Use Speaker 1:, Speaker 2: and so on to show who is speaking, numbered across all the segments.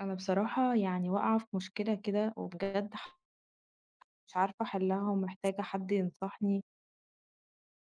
Speaker 1: أنا بصراحة يعني واقعة في مشكلة كده وبجد مش عارفة أحلها ومحتاجة حد ينصحني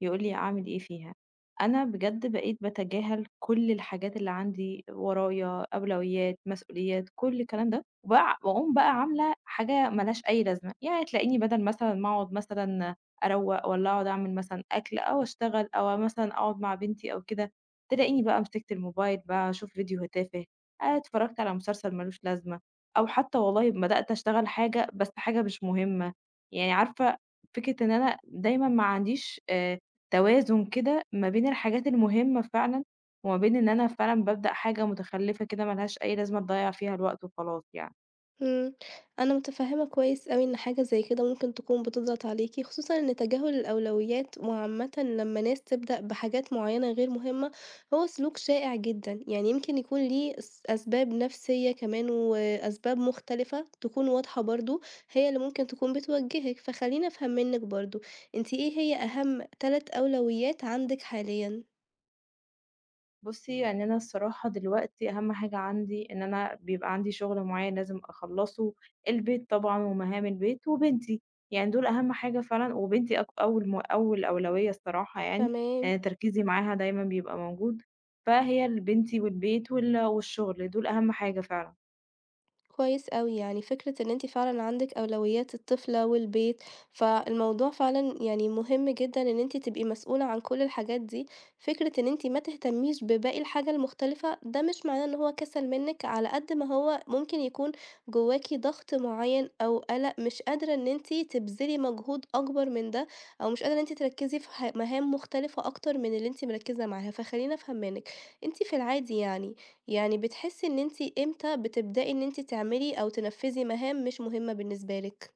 Speaker 1: يقول لي أعمل إيه فيها. أنا بجد بقيت باتجاهل كل الحاجات اللي عندي ورايا، أولويات، مسؤوليات، كل الكلام ده، وباع وأقوم بقى عاملة حاجة ما لهاش أي لازمة، يعني تلاقيني بدل مثلًا ما أقعد مثلًا أروّق والّا أقعد أعمل مثلًا أكل أو أشتغل أو مثلًا أقعد مع بنتي أو كده، تلاقيني بقى مسكت الموبايل بقى أشوف فيديو تافه، اتفرجت على مسلسل ما لوش لازمة، أو حتى والله بدأت أشتغل حاجة بس حاجة مش مهمة، يعني عارفة فكرة إن أنا دايمًا ما عنديش توازن كده ما بين الحاجات المهمة فعلًا، وما بين إن أنا فعلًا بابدأ حاجة متخلفة كده ما لهاش أي لازمة تضيّع فيها الوقت وخلاص يعني.
Speaker 2: إمم، أنا متفهمة كويس أوي إن حاجة زي كده ممكن تكون بتضغط عليكِ، خصوصًا إن تجاهل الأولويات وعامةً لمّا ناس تبدأ بحاجات معينة غير مهمة، هو سلوك شائع جدًا، يعني يمكن يكون ليه أسباب نفسية كمان وأسباب مختلفة تكون واضحة برضه، هي اللي ممكن تكون بتوجهِك، فخلّيني أفهم منِّك برضه، أنتِ إيه هي أهم 3 أولويات عندِك حاليًا؟
Speaker 1: بُصّي يعني أنا الصراحة دلوقتي أهم حاجة عندي إن أنا بيبقى عندي شغل معين لازم أخلّصه، البيت طبعًا ومهام البيت وبنتي، يعني دول أهم حاجة فعلًا وبنتي أك أول م أول أولوية الصراحة يعني،
Speaker 2: تمام.
Speaker 1: يعني تركيزي معاها دايمًا بيبقى موجود، فهي بنتي والبيت والشغل دول أهم حاجة فعلًا.
Speaker 2: كويس أوي، يعني فكرة إن أنتِ فعلًا عندِك أولويات الطفلة والبيت، فالموضوع فعلًا يعني مهم جدًا إن أنتِ تبقي مسؤولة عن كل الحاجات دي، فكرة إن أنتِ ما تهتميش بباقي الحاجة المختلفة ده مش معناه إن هو كسل منِك، على قد ما هو ممكن يكون جواكِ ضغط معين أو قلق مش قادرة إن أنتِ تبذلي مجهود أكبر من ده، أو مش قادرة إن أنتِ تركزي في مهام مختلفة أكتر من اللي أنتِ مركزة معاها، فخليني أفهم منِك، أنتِ في العادي يعني بتحسي إن أنتِ إمتى بتبدئي إن أنتِ تعملي أو تنفّذي مهام مش مهمة بالنسبة لِك؟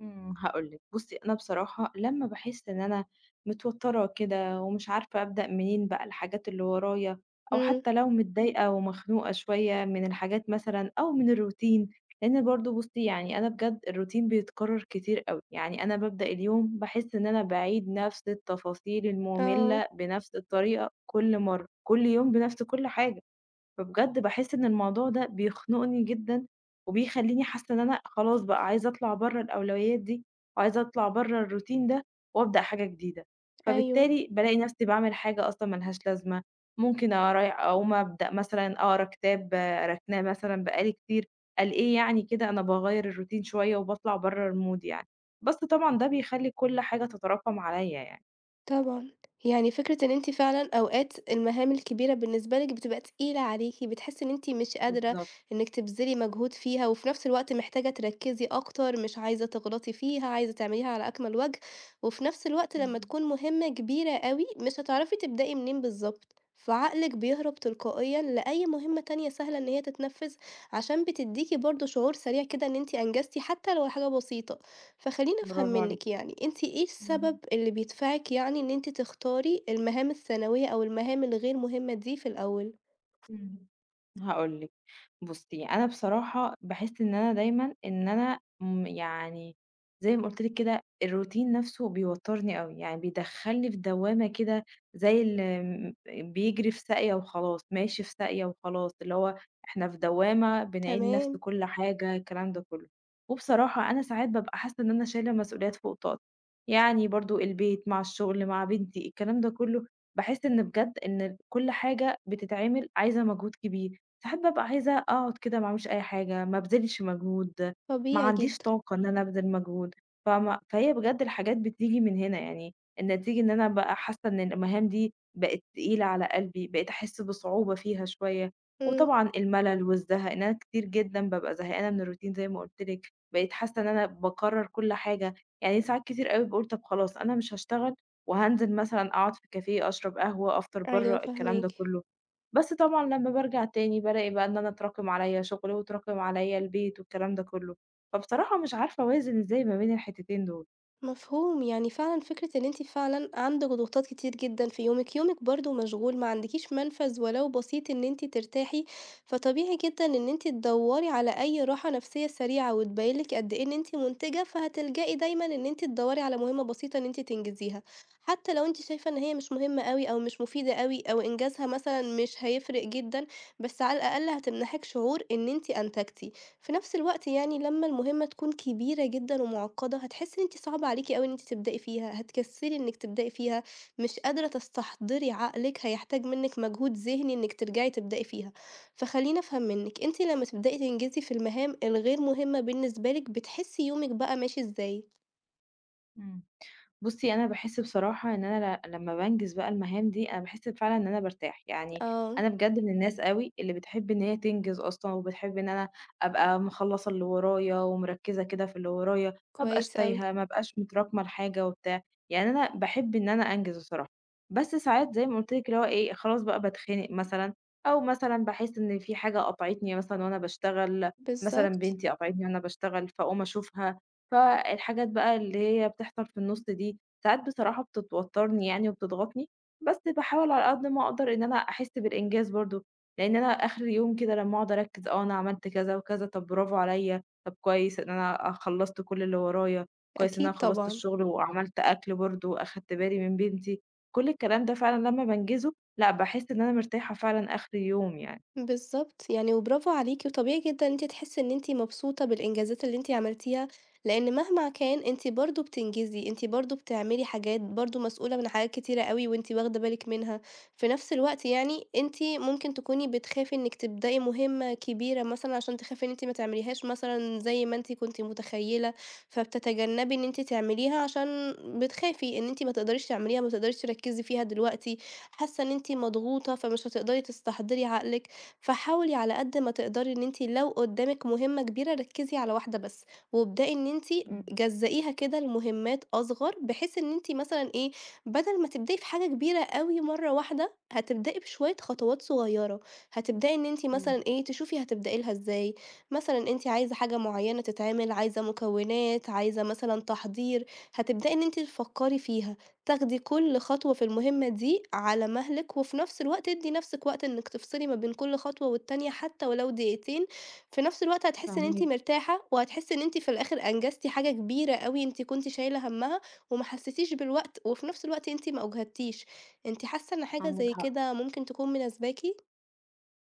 Speaker 1: إمم، هاقول لِك، بُصّي أنا بصراحة لمّا باحس إن أنا متوترة كده ومش عارفة أبدأ منين بقى الحاجات اللي ورايا، أو
Speaker 2: إمم،
Speaker 1: حتى لو متضايقة ومخنوقة شوية من الحاجات مثلًا أو من الroutine، لأن برضه بُصّي يعني أنا بجد الroutine بيتكرر كتير أوي، يعني أنا بابدأ اليوم باحس إن أنا باعيد نفس التفاصيل
Speaker 2: آه،
Speaker 1: المملة بنفس الطريقة كل مرة، كل يوم بنفس كل حاجة. فبجد باحس إن الموضوع ده بيخنقني جدًا، وبيخلّيني حاسة إن أنا خلاص بقى عايزة أطلع برّه الأولويات دي، وعايزة أطلع برّه الروتين ده وأبدأ حاجة جديدة،
Speaker 2: أيوه.
Speaker 1: فبالتالي بالاقي نفسي باعمل حاجة أصلًا ما لهاش لازمة، ممكن أرايح أقوم أبدأ مثلًا أقرا كتاب راكناه مثلًا بقى لي كتير، ألاقيه يعني كده أنا باغيّر الروتين شوية وباطلع برّه المود يعني، بس طبعًا ده بيخلّي كل حاجة تتراكم عليَّ يعني.
Speaker 2: طبعًا، يعني فكرة إن أنتِ فعلًا أوقات المهام الكبيرة بالنسبة لِك بتبقى تقيلة عليكِ، بتحسي إن أنتِ مش قادرة
Speaker 1: بالضبط،
Speaker 2: إنِك تبذلي مجهود فيها، وفي نفس الوقت محتاجة تركّزي أكتر، مش عايزة تغلطي فيها، عايزة تعمليها على أكمل وجه، وفي نفس الوقت لمّا
Speaker 1: إمم،
Speaker 2: تكون مهمة كبيرة أوي مش هتعرفي تبدئي منين بالضبط، فعقلِك بيهرب تلقائيًا لأي مهمة تانية سهلة إن هي تتنفّذ، عشان بتدّيكِ برضه شعور سريع كده إن أنتِ أنجزتِ حتى لو حاجة بسيطة. فخلّيني أفهم
Speaker 1: برافو عليكِ.
Speaker 2: منِّك يعني، أنتِ إيه السبب
Speaker 1: إمم.
Speaker 2: اللي بيدفعِك يعني إن أنتِ تختاري المهام الثانوية أو المهام الغير مهمة دي في الأول؟
Speaker 1: إمم. هاقول لِك، بُصّي، أنا بصراحة باحس إن أنا دايمًا إن أنا يعني زي ما قُلت لِك كده الروتين نَفْسه بيوتّرني أوي، يعني بيدخّلني في دوّامة كده زي ال م بيجري في ساقية وخلاص، ماشي في ساقية وخلاص، اللي هو إحنا في دوّامة بنعيد نَفْس
Speaker 2: تمام،
Speaker 1: كل حاجة الكلام ده كُلّه. وبصراحة أنا ساعات بابقى حاسّة إن أنا شايلة مسؤوليات فوق طاقتي، يعني برضه البيت مع الشغل مع بنتي الكلام ده كُلّه، باحس إن بجد إن كل حاجة بتتعمل عايزة مجهود كبير، ساعات بابقى عايزة أقعد كده ما اعملش أي حاجة، ما ابذلش مجهود، ما
Speaker 2: طبيعي
Speaker 1: عنديش
Speaker 2: جدًا،
Speaker 1: طاقة إن أنا أبذل مجهود، فما فهي بجد الحاجات بتيجي من هنا يعني، النتيجة إن أنا بقى حاسة إن المهام دي بقت تقيلة على قلبي، بقيت أحس بصعوبة فيها شوية،
Speaker 2: إمم،
Speaker 1: وطبعًا الملل والزهق، إن أنا كتير جدًا بابقى زهقانة من الروتين زي ما قُلت لِك، بقيت حاسة إن أنا باكرر كل حاجة، يعني ساعات كتير أوي باقول طب خلاص أنا مش هاشتغل وهانزل مثلًا أقعد في كافيه، أشرب قهوة، أفطر برّه،
Speaker 2: أيوه
Speaker 1: الكلام ده
Speaker 2: فاهماكِ.
Speaker 1: كلّه. بس طبعًا لمّا بارجع تاني بالاقي بقى إن أنا اتراكم عليّا شغل، واتراكم عليّا البيت والكلام ده كلّه. فبصراحة مش عارفة أوازن إزاي ما بين الحتتين دول.
Speaker 2: مفهوم، يعني فعلًا فكرة إن أنتِ فعلًا عندِك ضغوطات كتير جدًا في يومِك، يومِك برضه مشغول، ما عندكيش منفذ ولو بسيط إن أنتِ ترتاحي، فطبيعي جدًا إن أنتِ تدوري على أي راحة نفسية سريعة، وتبين لِك قد إيه إن أنتِ منتجة، فهتلجئي دايمًا إن أنتِ تدوري على مهمة بسيطة إن أنتِ تنجزيها، حتى لو أنتِ شايفة إن هي مش مهمة أوي أو مش مفيدة أوي أو إنجازها مثلًا مش هيفرق جدًا، بس على الأقل هتمنحِك شعور إن أنتِ أنتجتِ. في نفس الوقت يعني لمّا المهمة تكون كبيرة جدًا ومُعقّدة، هتحسّي إن أنتِ صعب عليكِ أوي إن أنتِ تبدئي فيها، هتكسّلي إنِّك تبدئي فيها، مش قادرة تستحضري عقلِك، هيحتاج منِّك مجهود ذهني إنِّك ترجعي تبدئي فيها. فخلّيني أفهم منِّك، أنتِ لمّا تبدئي تنجزي في المهام الغير مهمة بالنسبة لِك، بتحسّي يومِك بقى ماشي إزاي؟
Speaker 1: إمم. بُصّي، أنا باحس بصراحة إن أنا لمّا بانجز بقى المهام دي، أنا باحس فعلًا إن أنا بارتاح، يعني
Speaker 2: آه،
Speaker 1: أنا بجد من الناس أوي اللي بتحب إن هي تنجز أصلًا، وبتحب إن أنا أبقى مخلّصة اللي ورايا ومركّزة كده في اللي ورايا، ما ابقاش
Speaker 2: كويس أوي،
Speaker 1: تايهة، ما ابقاش متراكمة الحاجة وبتاع، يعني أنا باحب إن أنا أنجز بصراحة، بس ساعات زي ما قُلت لِك اللي هو إيه، خلاص بقى باتخنق مثلًا، أو مثلًا باحس إن في حاجة قاطعتني مثلًا وأنا باشتغل، مثلًا
Speaker 2: بالضبط،
Speaker 1: بنتي قاطعتني وأنا باشتغل، فاقوم أشوفها، فالحاجات بقى اللي هي بتحصل في النُص دي ساعات بصراحة بتتوتّرني يعني وبتضغطني، بس باحاول على قد ما أقدر إن أنا أحس بالإنجاز برضه، لإن أنا آخر اليوم كده لمّا أقعد أركّز آه، أنا عملت كذا وكذا، طَب برافو عليَّ، طَب كويس إن أنا خلّصت كل اللي ورايا، كويس إن أنا
Speaker 2: أكيد
Speaker 1: خلّصت
Speaker 2: طبعًا.
Speaker 1: الشغل وعملت أكل برضه وأخدت بالي من بنتي، كل الكلام ده فعلًا لمّا بانجزه، لأ باحس إن أنا مرتاحة فعلًا آخر اليوم يعني.
Speaker 2: بالضبط، يعني وبرافو عليكِ، وطبيعي جدًا إن أنتِ تحسّي إن أنتِ مبسوطة بالإنجازات اللي أنتِ عملتيها، لإن مهما كان أنتِ برضه بتنجزي، أنتِ برضه بتعملي حاجات، برضه مسؤولة من حاجات كتيرة أوي وأنتِ واخدة بالِك منها، في نفس الوقت يعني أنتِ ممكن تكوني بتخافي إنِّك تبدئي مهمة كبيرة مثلًا عشان تخافي إن أنتِ ما تعمليهاش مثلًا زي ما أنتِ كنتِ متخيلة، فبتتجنبي إن أنتِ تعمليها عشان بتخافي إن أنتِ ما تقدريش تعمليها، ما تقدريش تركّزي فيها دلوقتي، حاسة إن أنتِ مضغوطة، فمش هتقدري تستحضري عقلِك. فحاولي على قد ما تقدري إن أنتِ لو قدامِك مهمة كبيرة ركّزي على واحدة بس، وابدئي إن أنتِ
Speaker 1: إمم،
Speaker 2: جزّئيها كده لمهمات أصغر، بحيث إن أنتِ مثلًا إيه، بدل ما تبدئي في حاجة كبيرة أوي مرّة واحدة، هتبدئي بشوية خطوات صغيّرة، هتبدئي إن أنتِ
Speaker 1: إمم،
Speaker 2: مثلًا إيه، تشوفي هتبدئي لها إزاي، مثلًا أنتِ عايزة حاجة معيّنة تتعمل، عايزة مكونات، عايزة مثلًا تحضير، هتبدئي إن أنتِ تفكّري فيها. تاخدي كل خطوة في المهمة دي على مهلِك، وفي نفس الوقت ادّي نفسِك وقت إنِّك تفصلي ما بين كل خطوة والتانية حتى ولو دقيقتين، في نفس الوقت هتحسّي إن أنتِ
Speaker 1: فاهماكِ،
Speaker 2: مرتاحة، وهتحسّي إن أنتِ في الآخر أنجزتِ حاجة كبيرة أوي أنتِ كنتِ شايلة هَمّها، وما حسّيتيش بالوقت، وفي نفس الوقت أنتِ ما أُجهدتيش، أنتِ حاسة إن حاجة
Speaker 1: عندِك
Speaker 2: زي
Speaker 1: حق.
Speaker 2: كده ممكن تكون مناسباكِ؟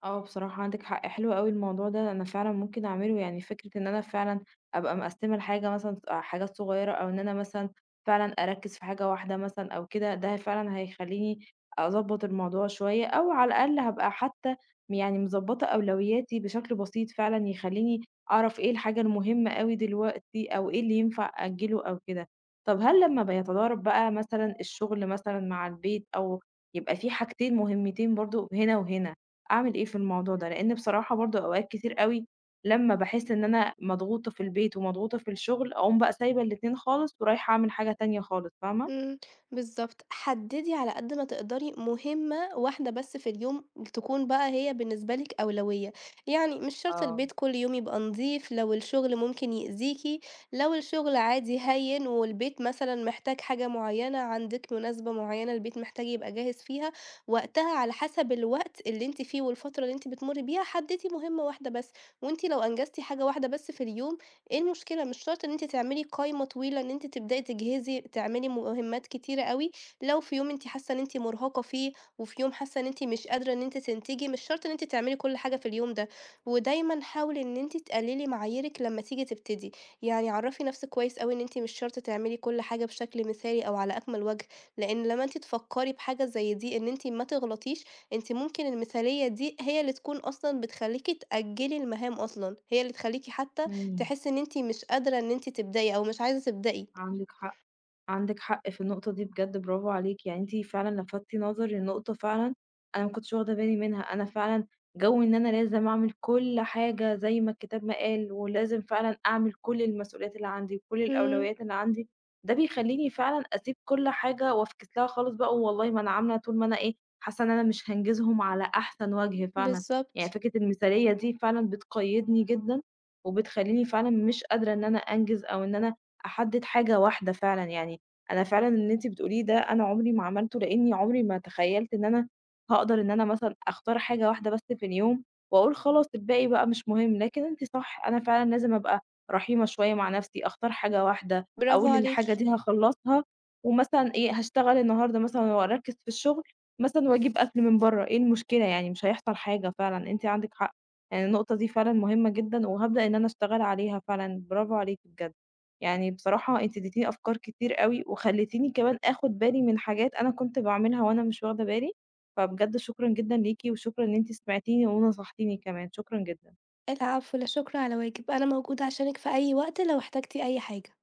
Speaker 1: آه، بصراحة عندِك حق، حلو أوي الموضوع ده، أنا فعلًا ممكن أعمله، يعني فكرة إن أنا فعلًا أبقى مقسّمة الحاجة مثلًا حاجات صغيّرة أو إن أنا مثلًا فعلًا أركّز في حاجة واحدة مثلًا أو كده، ده فعلًا هيخلّيني أضبّط الموضوع شوية أو على الأقل هابقى حتى يعني مضبّطة أولوياتي بشكل بسيط فعلًا يخلّيني أعرف إيه الحاجة المهمة أوي دلوقتي أو إيه اللي ينفع أأجّله أو كده. طَب هل لمّا بيتضارب بقى مثلًا الشغل مثلًا مع البيت أو يبقى في حاجتين مهمتين برضه هنا وهنا، أعمل إيه في الموضوع ده؟ لإن بصراحة برضه أوقات كتير أوي لمّا باحس إن أنا مضغوطة في البيت ومضغوطة في الشغل، أقوم بقى سايبة الاتنين خالص ورايحة أعمل حاجة تانية خالص، فاهمة؟
Speaker 2: إمم، بالضبط، حدّدي على قد ما تقدري مهمة واحدة بس في اليوم تكون بقى هي بالنسبة لِك أولوية، يعني مش شرط
Speaker 1: آه،
Speaker 2: البيت كل يوم يبقى نضيف، لو الشغل ممكن يأذيكِ، لو الشغل عادي هيّن والبيت مثلًا محتاج حاجة معيّنة، عندِك مناسبة معيّنة البيت محتاج يبقى جاهز فيها، وقتها على حسب الوقت اللي أنتِ فيه والفترة اللي أنتِ بتمُرّي بيها، حدّدي مهمة واحدة بس، وأنتِ لو أنجزتِ حاجة واحدة بس في اليوم إيه المشكلة؟ مش شرط إن أنتِ تعملي قايمة طويلة إن أنتِ تبدئي تجهزي تعملي مهمات كتيرة أوي، لو في يوم أنتِ حاسة إن أنتِ مرهقة فيه، وفي يوم حاسة إن أنتِ مش قادرة إن أنتِ تنتجي، مش شرط إن أنتِ تعملي كل حاجة في اليوم ده، ودايمًا حاولي إن أنتِ تقللي معاييرِك لمّا تيجي تبتدي، يعني عرفي نفسِك كويس أوي إن أنتِ مش شرط تعملي كل حاجة بشكل مثالي أو على أكمل وجه، لإن لمّا أنتِ تفكري بحاجة زي دي إن أنتِ ما تغلطيش، أنتِ ممكن المثالية دي هي اللي تكون أصلًا بتخليكِ تأجلي المهام أصلًا، هي اللي تخليكِ حتى
Speaker 1: إمم،
Speaker 2: تحسي إن أنتِ مش قادرة إن أنتِ تبدئي أو مش عايزة تبدئي.
Speaker 1: عندِك حق. عندِك حق في النقطة دي بجد برافو عليكِ، يعني أنتِ فعلًا لفتِّ نظري لنقطة فعلًا أنا ما كنتش واخدة بالي منها، أنا فعلًا جو إن أنا لازم أعمل كل حاجة زي ما الكتاب ما قال، ولازم فعلًا أعمل كل المسؤوليات اللي عندي وكل
Speaker 2: إمم،
Speaker 1: الأولويات اللي عندي، ده بيخلّيني فعلًا أسيب كل حاجة وأفكس لها خالص بقى، والله ما أنا عاملة طول ما أنا إيه، حاسة إن أنا مش هانجزهم على أحسن وجه فعلًا، يعني
Speaker 2: بالضبط،
Speaker 1: فكرة المثالية دي فعلًا بتقيدني جدًا، وبتخلّيني فعلًا مش قادرة إن أنا أنجز أو إن أنا أحدد حاجة واحدة فعلًا يعني. أنا فعلًا اللي أنتِ بتقوليه ده أنا عمري ما عملته، لإني عمري ما تخيّلت إن أنا هاقدر إن أنا مثلًا أختار حاجة واحدة بس في اليوم، وأقول خلاص الباقي بقى مش مهم، لكن أنتِ صح، أنا فعلًا لازم أبقى رحيمة شوية مع نفسي، أختار حاجة واحدة،
Speaker 2: برافو
Speaker 1: أقول الحاجة
Speaker 2: عليكِ،
Speaker 1: دي هاخلّصها، ومثلًا إيه، هاشتغل النهارده مثلًا وأركّز في الشغل مثلًا وأجيب أكل من برّه، إيه المشكلة يعني مش هيحصل حاجة فعلًا، أنتِ عندِك حق، يعني النقطة دي فعلًا مهمة جدًا، وهابدأ إن أنا أشتغل عليها فعلًا، برافو عليكِ بجد. يعني بصراحة أنتِ اديتيني أفكار كتير أوي، وخلّيتيني كمان آخُد بالي من حاجات أنا كنت باعملها وأنا مش واخدة بالي، فبجد شكرًا جدًا ليكِ، وشكرًا إن أنتِ سمعتيني ونصحتيني كمان، شكرًا جدًا.
Speaker 2: العفو، لا شكر على واجب، أنا موجودة عشانِك في أي وقت لو احتجتِ أي حاجة.